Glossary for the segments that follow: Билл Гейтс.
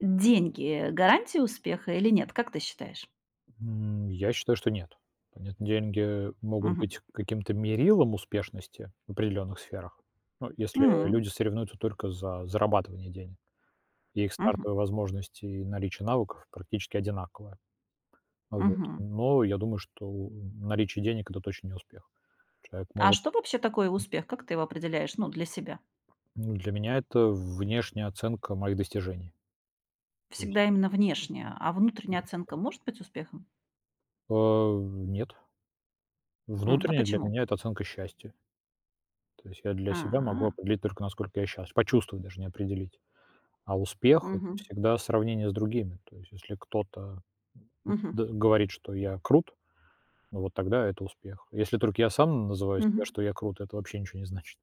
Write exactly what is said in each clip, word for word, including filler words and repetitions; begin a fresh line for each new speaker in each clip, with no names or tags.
Деньги - гарантия успеха или нет, как ты считаешь?
М, я считаю, что нет. Понятно, деньги могут
Мгм.
быть каким-то мерилом успешности в определенных сферах. Ну, если
М,
люди соревнуются только за зарабатывание денег, и их
мгм,
стартовые возможности и наличие навыков практически одинаковые. Вот.
мгм.
Но я думаю, что наличие денег - это точно не успех. Человек
А
может.
что вообще такое успех? Как ты его определяешь, ну, для себя?
Ну, для меня это внешняя оценка моих достижений. То есть,
Всегда именно внешняя, а внутренняя оценка может быть успехом?
э, нет.
М, а
Внутренняя для
почему?
меня - это оценка счастья. То есть я для себя могу
А,
определить только, насколько я счастлив. Почувствовать даже, не определить. А успех - это
мгм,
всегда сравнение с другими. То есть если кто-то
мгм,
д говорит, что я крут, ну, вот тогда это успех. Если только я сам называю себя,
мгм.
что я крут, это вообще ничего не значит.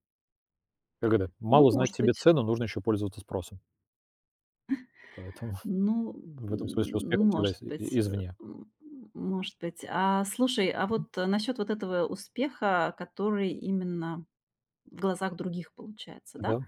Как это:
Ну,
мало знать
может
себе
быть.
цену, нужно еще пользоваться спросом. Поэтому
Ну,
в этом смысле успех -
м,
всегда
может
из
быть,
и
э,
извне.
м, может быть. А слушай, а
Мгм.
вот насчет вот этого успеха, который именно в глазах других получается, да?
Да.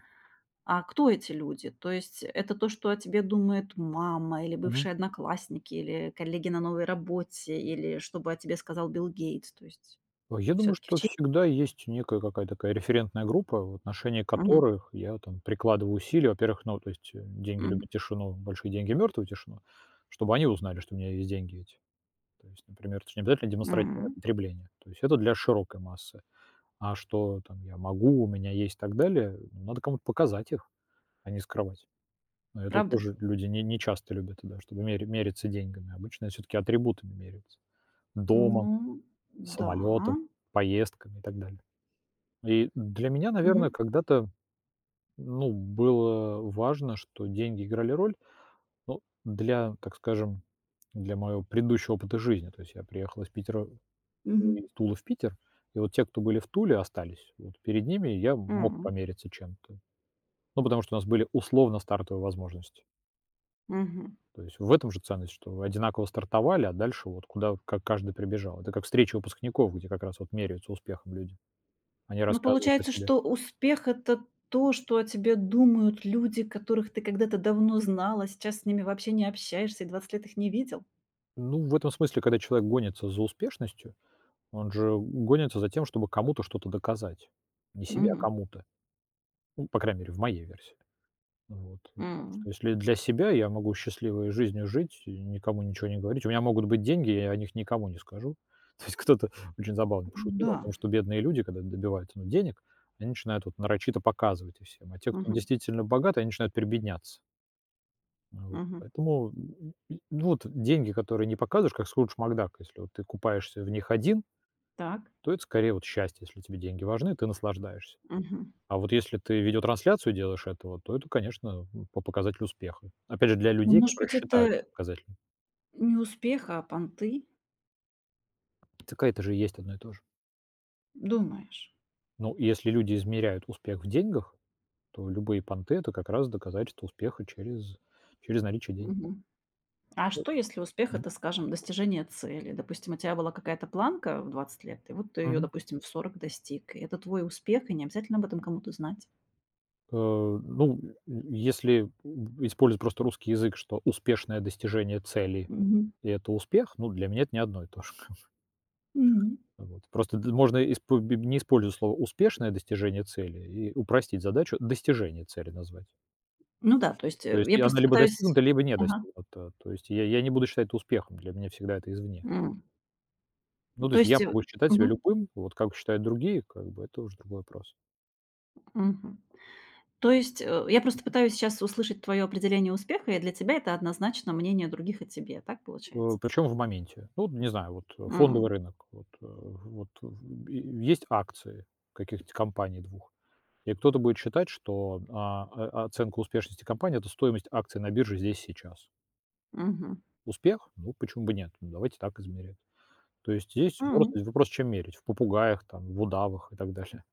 А кто эти люди? То есть это то, что о тебе думает мама или
Мгм.
бывшие одноклассники, или коллеги на новой работе, или чтобы о тебе сказал Билл Гейтс. То есть
А я думаю,
все-таки в
что
чьи...
всегда есть некая какая-то такая референтная группа, в отношении
Мгм.
которых я там прикладываю усилия. Во-первых, ну, то есть, э, деньги
Мгм.
любят тишину, большие деньги - мертвую тишину, чтобы они узнали, что у меня есть деньги эти. То есть, например, это же не обязательно демонстративное
М.
потребление. То есть это для широкой массы. А что там я могу, у меня есть и так далее, надо кому-то показать их, а не скрывать. Но это
Правда?
тоже люди не, не часто любят, да, чтобы меря- мериться деньгами. Обычно все-таки атрибутами меряются. Домом,
Ну, да.
самолетом, поездками и так далее. И для меня, наверное,
Мгм.
когда-то, ну, было важно, что деньги играли роль, ну, для, так скажем, для моего предыдущего опыта жизни. То есть я приехал из Питера
Мгм.
из Тулы в Питер. И вот те, кто были в Туле, остались. Вот перед ними я мог
М.
помериться чем-то. Ну, потому что у нас были условно стартовые возможности.
Мгм.
То есть в этом же ценность, что одинаково стартовали, а дальше вот куда как каждый прибежал. Это как встреча выпускников, где как раз вот меряются успехом люди. Они
Ну,
рассказывают о
получается,
себе.
что успех – это то, что о тебе думают люди, которых ты когда-то давно знала, сейчас с ними вообще не общаешься и двадцать лет их не видел.
Ну, в этом смысле, когда человек гонится за успешностью, он же гонится за тем, чтобы кому-то что-то доказать. Не себе, а
Мгм.
кому-то. Ну, по крайней мере, в моей версии. Вот. Потому что
М.
если для себя я могу счастливой жизнью жить и никому ничего не говорить. У меня могут быть деньги, я о них никому не скажу. То есть кто-то очень забавно пошутил
Да.
о том, что бедные люди, когда добиваются, ну, денег, они начинают вот нарочито показывать и всем. А те, кто
Мгм.
действительно богаты, они начинают прибедняться. Вот.
Мгм.
Поэтому, м, м, ну, вот деньги, которые не показываешь, как Скрудж Макдак, если вот ты купаешься в них один,
Так.
то это скорее вот счастье, если тебе деньги важны, ты наслаждаешься.
Мгм.
А вот если ты видеотрансляцию делаешь этого, то это, конечно, м, по показателю успеха. Опять же, для
Ну,
людей,
может
которые
быть,
считают
это
показатели.
не успех, а понты,
ТК это же и есть одно и то же.
думаешь?
Ну, и если люди измеряют успех в деньгах, то любые понты это как раз доказательство успеха через, через наличие денег.
Мгм. А
Вот.
что, если успех -
Мгм.
это, скажем, достижение цели? Допустим, у тебя была какая-то планка в двадцать лет, и вот ты ее,
Мгм.
допустим, в сорок достиг. И это твой успех, и не обязательно об этом кому-то знать.
Э, Ну, если использовать просто русский язык, что успешное достижение цели
Мгм.
и это успех, ну, для меня это не одно и то же.
Мгм.
Вот. Просто д можно испо не использовать слово "успешное достижение цели" и упростить задачу, "достижение цели" назвать.
Ну да, то есть,
То
э,
есть
я
и она
просто
либо
пытаюсь
достигнута, либо не
Ага.
достигнута. То есть я я не буду считать это успехом, для меня всегда это извне.
М.
Ну, то
То
есть
есть,
я
э,
могу считать себя
мгм,
любым, вот как считают другие, как бы это уже другой вопрос.
мгм. То есть, э, я просто пытаюсь сейчас услышать твое определение успеха, и для тебя это однозначно мнение других о тебе. Так
Э,
получается?
причем в моменте. Ну, не знаю, вот, э, фондовый
М,
рынок, вот, э, вот в и есть акции каких-то компаний двух. И кто-то будет считать, что, а, о оценка успешности компании - это стоимость акций на бирже здесь и сейчас.
мгм,
Успех? Ну, почему бы нет? Ну, давайте так измерять. То есть здесь
м,
просто вопрос, чем мерить: в попугаях, там, в удавах и так далее.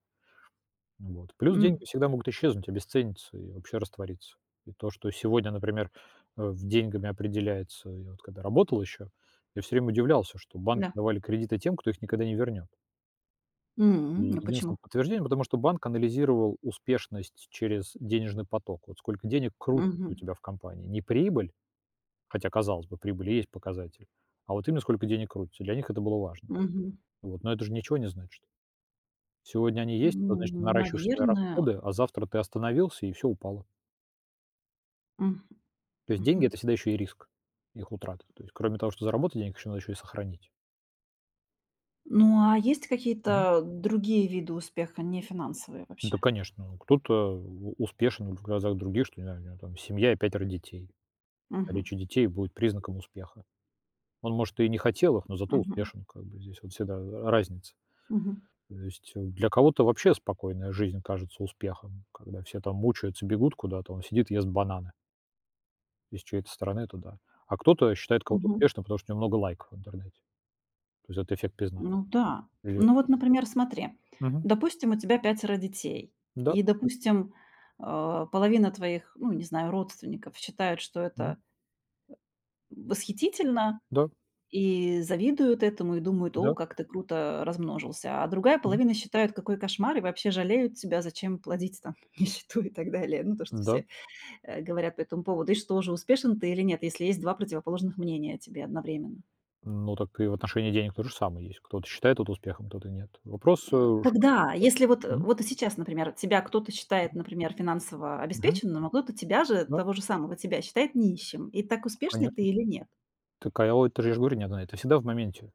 Вот. Плюс деньги
м,
всегда могут исчезнуть, обесцениться и вообще раствориться. И то, что сегодня, например, э, в деньгами определяется, я вот когда работал еще, я все время удивлялся, что банки
да.
давали кредиты тем, кто их никогда не вернет. И
М, а почему?
единственным подтверждением, потому что банк анализировал успешность через денежный поток. Вот сколько денег крутится у
Мгм,
тебя в компании. Не прибыль, хотя, казалось бы, прибыль есть показатель. А вот именно сколько денег крутится, для них это было важно.
мгм.
Вот. Но это же ничего не значит. Сегодня они есть, это значит, ты
Ну,
наращиваешь свои
наверное.
расходы, а завтра ты остановился, и все упало.
М,
То есть деньги –
мгм.
это всегда еще и риск их утраты. То есть кроме того, что заработать денег, еще надо еще и сохранить.
Ну, а есть
Мгм.
какие-то другие виды успеха, не финансовые
Ну, да,
вообще?
конечно. Ну, кто-то у- успешен в глазах других, что, не знаю, у него там семья и пятеро детей.
Мгм,
Наличие детей будет признаком успеха. Он, может, и не хотел их, но зато
мгм,
успешен. Как бы здесь вот всегда разница.
мгм,
То есть, э, для кого-то вообще спокойная жизнь кажется успехом, когда все там мучаются, бегут куда-то, он сидит, ест бананы из чьей-то стороны туда. А кто-то считает кого-то
мгм.
успешным, потому что у него много лайков в интернете. То есть это эффект пизна.
Ну да.
Или
Ну вот, например, смотри,
мгм,
допустим, у тебя пятеро детей,
да,
и, допустим, э, половина твоих, ну, не знаю, родственников считают, что
мгм,
это восхитительно.
да,
И завидуют этому, и думают: "О,
да,
как ты круто размножился". А другая
мгм,
половина считают: "Какой кошмар!" И вообще жалеют тебя: "Зачем плодить там нищету?" И так далее. Ну, то, что
да.
все, э, говорят по этому поводу. И что же, успешен ты или нет, если есть два противоположных мнения о тебе одновременно?
Ну, так и в отношении денег то же самое есть. Кто-то считает это успехом, кто-то нет. Вопрос, э,
М,
уж.
тогда, если вот, э,
Мгм,
вот и сейчас, например, тебя кто-то считает, например, финансово
мгм,
обеспеченным, а кто-то тебя же,
да,
того же самого тебя, считает нищим. И так успешный
конечно.
ты или нет?
Так, а я вот это же я же говорю, нет, это всегда в моменте.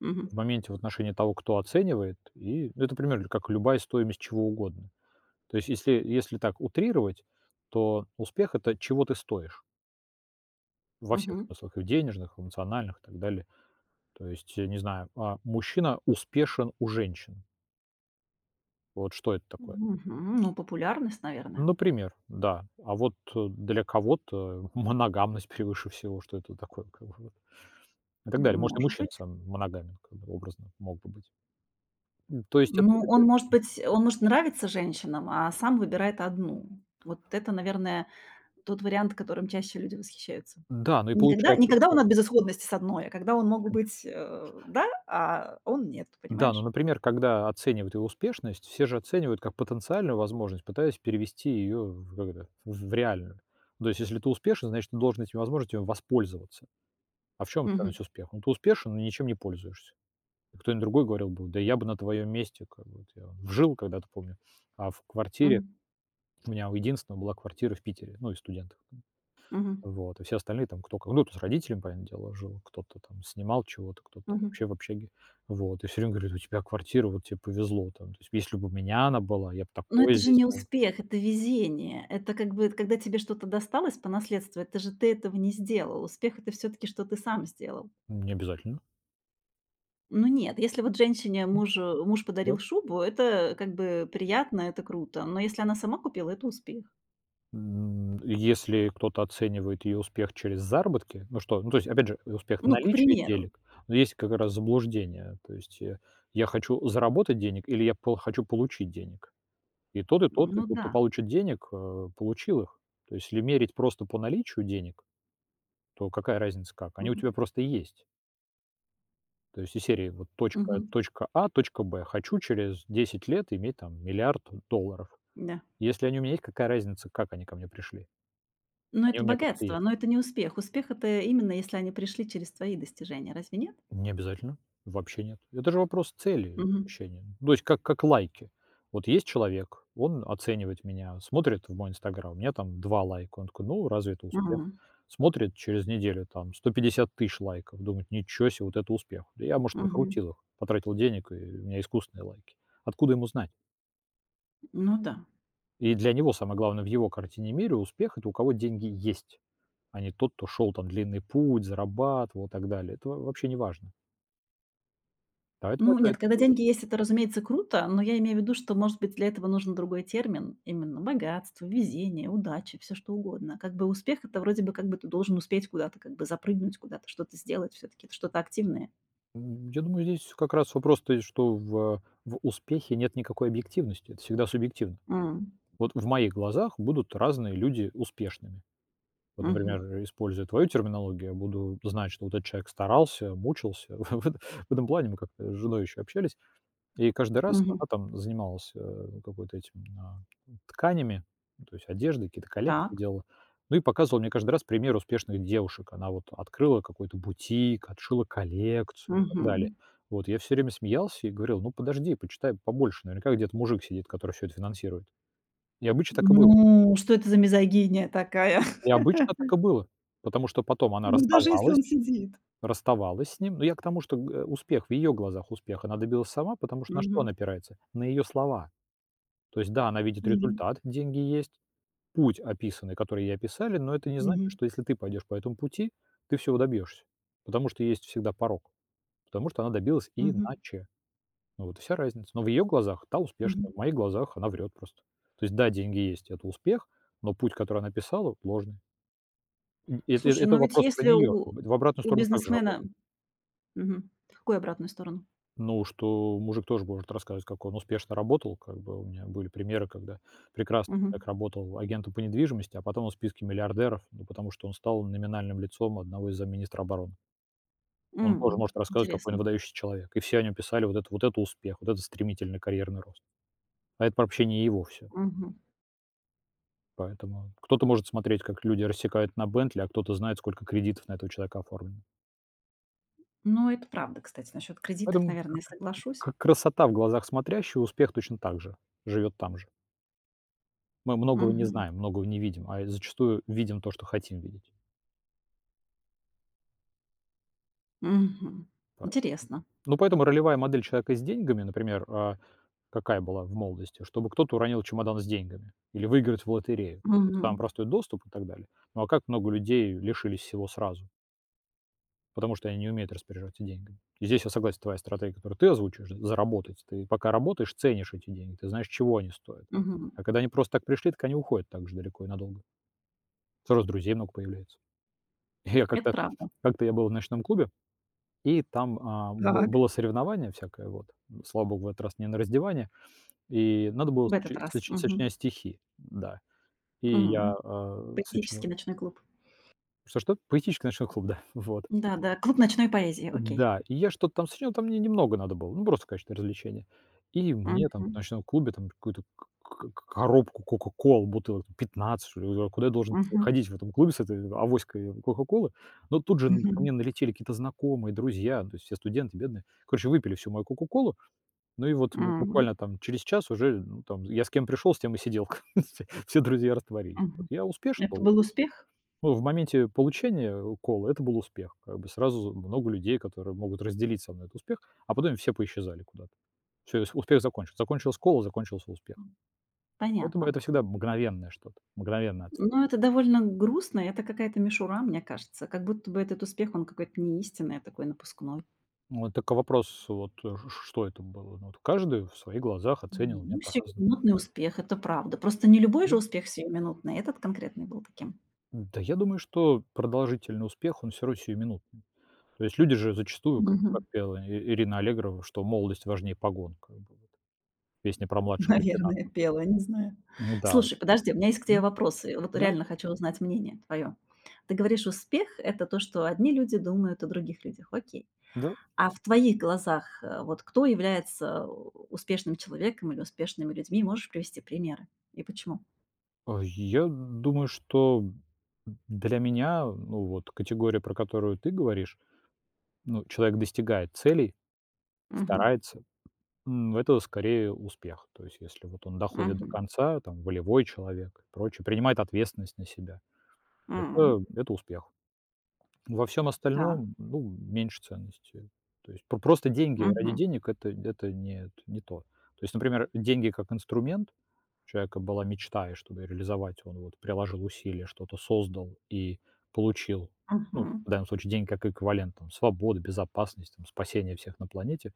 Мгм.
В моменте в отношении того, кто оценивает, и, ну, это примерно как любая стоимость чего угодно. То есть если, если так утрировать, то успех – это чего ты стоишь во всех
Мгм.
смыслах, и в денежных, в эмоциональных и так далее. То есть, э, не знаю, а, мужчина успешен у женщин. Вот что это такое?
Мгм. Ну, популярность, наверное.
Например, да. А вот э, для кого-то моногамность превыше всего, что это такое, как бы, вот. И так далее. Может, и
Может
мужчина
быть.
сам моногамен, как бы, образно мог бы быть. М, То есть это,
Ну, он,
это-
может быть, он может нравиться женщинам, а сам выбирает одну. Вот это, наверное, тот вариант, которым чаще люди восхищаются.
да, ну и
Никогда,
получается,
никогда
что
он от безысходности с одной, а когда он мог быть, э, да, а он нет,
да, но,
понимаешь?
например, когда оценивают его успешность, все же оценивают как потенциальную возможность, пытаясь перевести ее в, как это, в в реальную. То есть, если ты успешен, значит, ты должен этими возможностями воспользоваться. А в чем
Мгм.
ценность успеха? Ну, ты успешен, но ничем не пользуешься. И кто-нибудь другой говорил бы: да я бы на твоем месте, как бы, вот я жил когда-то, помню, а в квартире,
Мгм.
у меня у единственного была квартира в Питере, ну, и студентов.
Мгм.
Вот, и все остальные там кто ко ну, кто с родителями, понятное дело, жил, кто-то там снимал чего-то, кто-то
Мгм.
вообще в общаге. Вот, и все время говорит: "У тебя квартира, вот тебе повезло там". То есть если бы у меня она была, я бы
Но это
такое
же
здесь
не
сделал.
успех, это везение. Это как бы когда тебе что-то досталось по наследству, это же ты этого не сделал. Успех - это все таки что ты сам сделал.
Необязательно.
Ну нет, если вот женщине
Мгм.
мужу муж
Да.
подарил шубу, это как бы приятно, это круто. Но если она сама купила, это успех.
М, если кто-то оценивает ее успех через заработки, ну что, ну, то есть, опять же, успех
Ну, к
наличия
примеру.
денег, но есть как раз заблуждение. То есть, э, я хочу заработать денег или я пол хочу получить денег? И тот, и тот, и
Ну
тот,
да.
кто получит денег, э, получил их. То есть, если мерить просто по наличию денег, то какая разница как? Они у
Мгм.
тебя просто есть. То есть из серии вот точка,
Мгм.
точка А, точка Б. Хочу через десять лет иметь там миллиард долларов.
Да.
Если они у меня есть, какая разница, как они ко мне пришли?
Но
Они у
это
меня просто
богатство,
есть.
но это не успех. Успех - это именно если они пришли через твои достижения, разве нет?
Не обязательно, вообще нет. Это же вопрос цели
Мгм.
ощущения. То есть как, как лайки. Вот есть человек, он оценивает меня, смотрит в мой инстаграм, у меня там два лайка. Он такой, ну, разве это успех?
Мгм.
Смотрит через неделю, там, сто пятьдесят тысяч лайков. Думает, ничего себе, вот это успех. Да я, может,
Мгм.
накрутил их, потратил денег, и у меня искусственные лайки. Откуда ему знать?
Ну да.
И для него самое главное в его картине мира успех – это у кого деньги есть, а не тот, кто шел там длинный путь, зарабатывал и так далее. Это во- вообще не важно. Поэтому
Ну
это,
нет,
это
когда деньги есть, это, разумеется, круто, но я имею в виду, что, может быть, для этого нужен другой термин. Именно богатство, везение, удача, все что угодно. Как бы успех - это вроде бы как бы ты должен успеть куда-то, как бы запрыгнуть куда-то, что-то сделать, все таки это что-то активное.
М, я думаю, здесь как раз вопрос стоит, что в в успехе нет никакой объективности. Это всегда субъективно.
М.
Вот в моих глазах будут разные люди успешными. Вот,
Мгм.
например, используя твою терминологию, я буду знать, что вот этот человек старался, мучился. В этом в этом плане мы как-то с женой еще общались. И каждый раз
Мгм.
она там занималась, э, ну, какой-то этим, а, тканями, ну, то есть одеждой, какие-то коллекции
Так.
делала. Ну и показывала мне каждый раз пример успешных девушек. Она вот открыла какой-то бутик, отшила коллекцию и так далее.
Мгм.
Вот, я все время смеялся и говорил: "Ну, подожди, почитай побольше. Наверняка где-то мужик сидит, который все это финансирует". И обычно так и было.
Ну, что это за мизогиния такая?
И обычно так и было. Потому что потом она
Ну, даже если
расставалась
он сидит.
расставалась с ним. Но я к тому, что, г успех в ее глазах успех она добилась сама, потому что на что она
Мгм.
опирается? На ее слова. То есть, да, она видит
Мгм.
результат, деньги есть, путь описанный, который ей описали, но это не значит,
Мгм.
что если ты пойдешь по этому пути, ты всего добьешься, потому что есть всегда порог, потому что она добилась
Мгм.
иначе. Ну, вот и вся разница. Но в ее глазах та успешна,
Мгм.
в моих глазах она врет просто. То есть, да, деньги есть, это успех, но путь, который она писала, ложный. Н это
Слушай,
это
но ведь
вопрос про
если
нее.
у
В обратную
у
сторону также
бизнесмена
работает.
Мгм. Какую обратную сторону?
Ну, что мужик тоже может рассказывать, как он успешно работал. Как бы у меня были примеры, когда прекрасный человек
Мгм.
работал агентом по недвижимости, а потом он в списке миллиардеров, ну, потому что он стал номинальным лицом одного из замминистра обороны. Он тоже
М.
может рассказывать, какой он
Интересно.
выдающийся человек. И все о нем писали, вот это, вот это успех, вот это стремительный карьерный рост. А это вообще не его все.
Мгм.
Поэтому кто-то может смотреть, как люди рассекают на Бентли, а кто-то знает, сколько кредитов на этого человека оформлено.
Ну, это правда, кстати, насчет кредитов,
Поэтому
наверное,
к-
я
к-
соглашусь.
к- красота в глазах смотрящего, успех точно так же живет там же. Мы многого не
Мгм.
знаем, многого не видим, а зачастую видим то, что хотим видеть.
Мгм.
Поэтому
Интересно.
ну, поэтому ролевая модель человека с деньгами, например, а, какая была в молодости? Чтобы кто-то уронил чемодан с деньгами или выиграть в лотерею. То есть самый
Мгм.
простой доступ и так далее. Ну, а как много людей лишились всего сразу? Потому что они не умеют распоряжаться деньгами. И здесь я согласен с твоей стратегией, которую ты озвучиваешь, да, заработать. Ты пока работаешь, ценишь эти деньги, ты знаешь, чего они стоят.
Мгм.
А когда они просто так пришли, так они уходят так же далеко и надолго. Сразу друзей много появляется. Я
Это
как-то
правда.
как-то я был в ночном клубе, и там, а, бы
Так.
было соревнование всякое вот. Слава богу, в этот раз не на раздевание. И надо было
В этот
сочи
раз.
сочи
Мгм.
сочинять стихи, да. И я,
Мгм.
а, сочинил.
Поэтический ночной клуб.
Что-что? Поэтический ночной клуб, да, вот.
Да-да, клуб ночной поэзии. Окей.
Да, и я что-то там сочинил, там мне немного надо было, ну, просто в качестве развлечения. И мне там в
Мгм.
ночном клубе там какую-то к к коробку "Кока-кол", бутылок там пятнадцать, что ли. Я говорю: "А куда я должен
Мгм.
ходить в этом клубе с этой авоськой "Кока-колы"?" Но тут же н ко
Мгм.
мне налетели какие-то знакомые, друзья, то есть все студенты бедные. Короче, выпили всю мою "Кока-колу", ну и вот бу
Мгм.
буквально там через час уже, ну, там я с кем пришел, с тем и сидел. Все друзья растворились. Вот
Мгм.
я успешен
Это
был.
был успех?
Ну, в моменте получения укола это был успех. Как бы сразу много людей, которые могут разделить со мной этот успех, а потом все поисчезали куда-то. Все успех закончился. Закончилась кола, закончился успех. Поэтому
Понятно.
это всегда мгновенное что-то, мгновенная оценка.
Но это довольно грустно. Это какая-то мишура, мне кажется. Как будто бы этот успех, он какой-то не истинный, а такой напускной.
Вот только вопрос, вот, э, ш что это было? Ну, вот каждый в своих глазах оценил
М,
меня
ну,
по-разному.
сиюминутный успех, это правда. Просто не любой же
Да.
успех сиюминутный, этот конкретный был таким.
Да, я думаю, что продолжительный успех, он все равно сиюминутный. То есть люди же зачастую, как как
Мгм.
пела И Ирина Аллегрова, что молодость важнее погон, как бы вот. Песня про младшего лейтенанта.
Наверное, пела, не знаю.
Ну да.
Слушай, подожди, у меня есть к тебе
Мгм.
вопросы. Вот
Да.
реально хочу узнать мнение твое. Ты говоришь, успех – это то, что одни люди думают о других людях. Окей.
Да.
А в твоих глазах, э, вот кто является успешным человеком или успешными людьми? Можешь привести примеры? И почему?
А, я думаю, что для меня, ну, вот категория, про которую ты говоришь, ну, человек достигает целей,
Мгм.
старается, м, это скорее успех. То есть если вот он доходит до
Мгм.
конца, там, волевой человек и прочее, принимает ответственность на себя, это
М.
это успех. Во всем
Так.
остальном, ну, меньше ценности. То есть про просто деньги ради
Мгм.
денег — это это нет, не то. То есть, например, деньги как инструмент. У человека была мечта, и чтобы её реализовать, он вот приложил усилия, что-то создал и получил, ну,
Мгм.
в данном случае, деньги как эквивалент, там, свободы, безопасности, там, спасения всех на планете.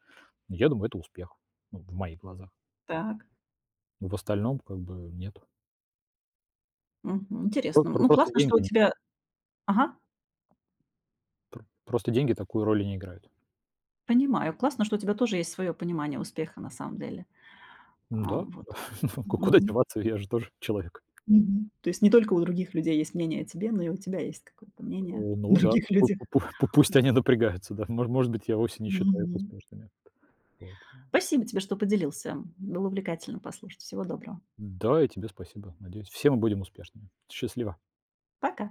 Я думаю, это успех, ну, в моих глазах.
Так.
В остальном, как бы, нет.
Мгм.
Про
Интересно.
про
Ну,
просто
классно, что
деньги
у
нет.
тебя. Ага,
Пр просто деньги такую роль не играют.
понимаю. Классно, что у тебя тоже есть свое понимание успеха на самом деле. А,
Да,
вот.
Ну, ку куда
Мгм.
деваться, я же тоже человек.
Мгм. То есть не только у других людей есть мнение о тебе, но и у тебя есть какое-то
Э,
мнение о
ну да,
других
пу
людях.
пу пу пу- пусть они напрягаются, да. Мож может быть, я вовсе не считаю их
Мгм.
успешными. Вот.
Спасибо тебе, что поделился. Было увлекательно послушать. Всего доброго.
Да, и тебе спасибо. Надеюсь, все мы будем успешными. Счастливо.
Пока.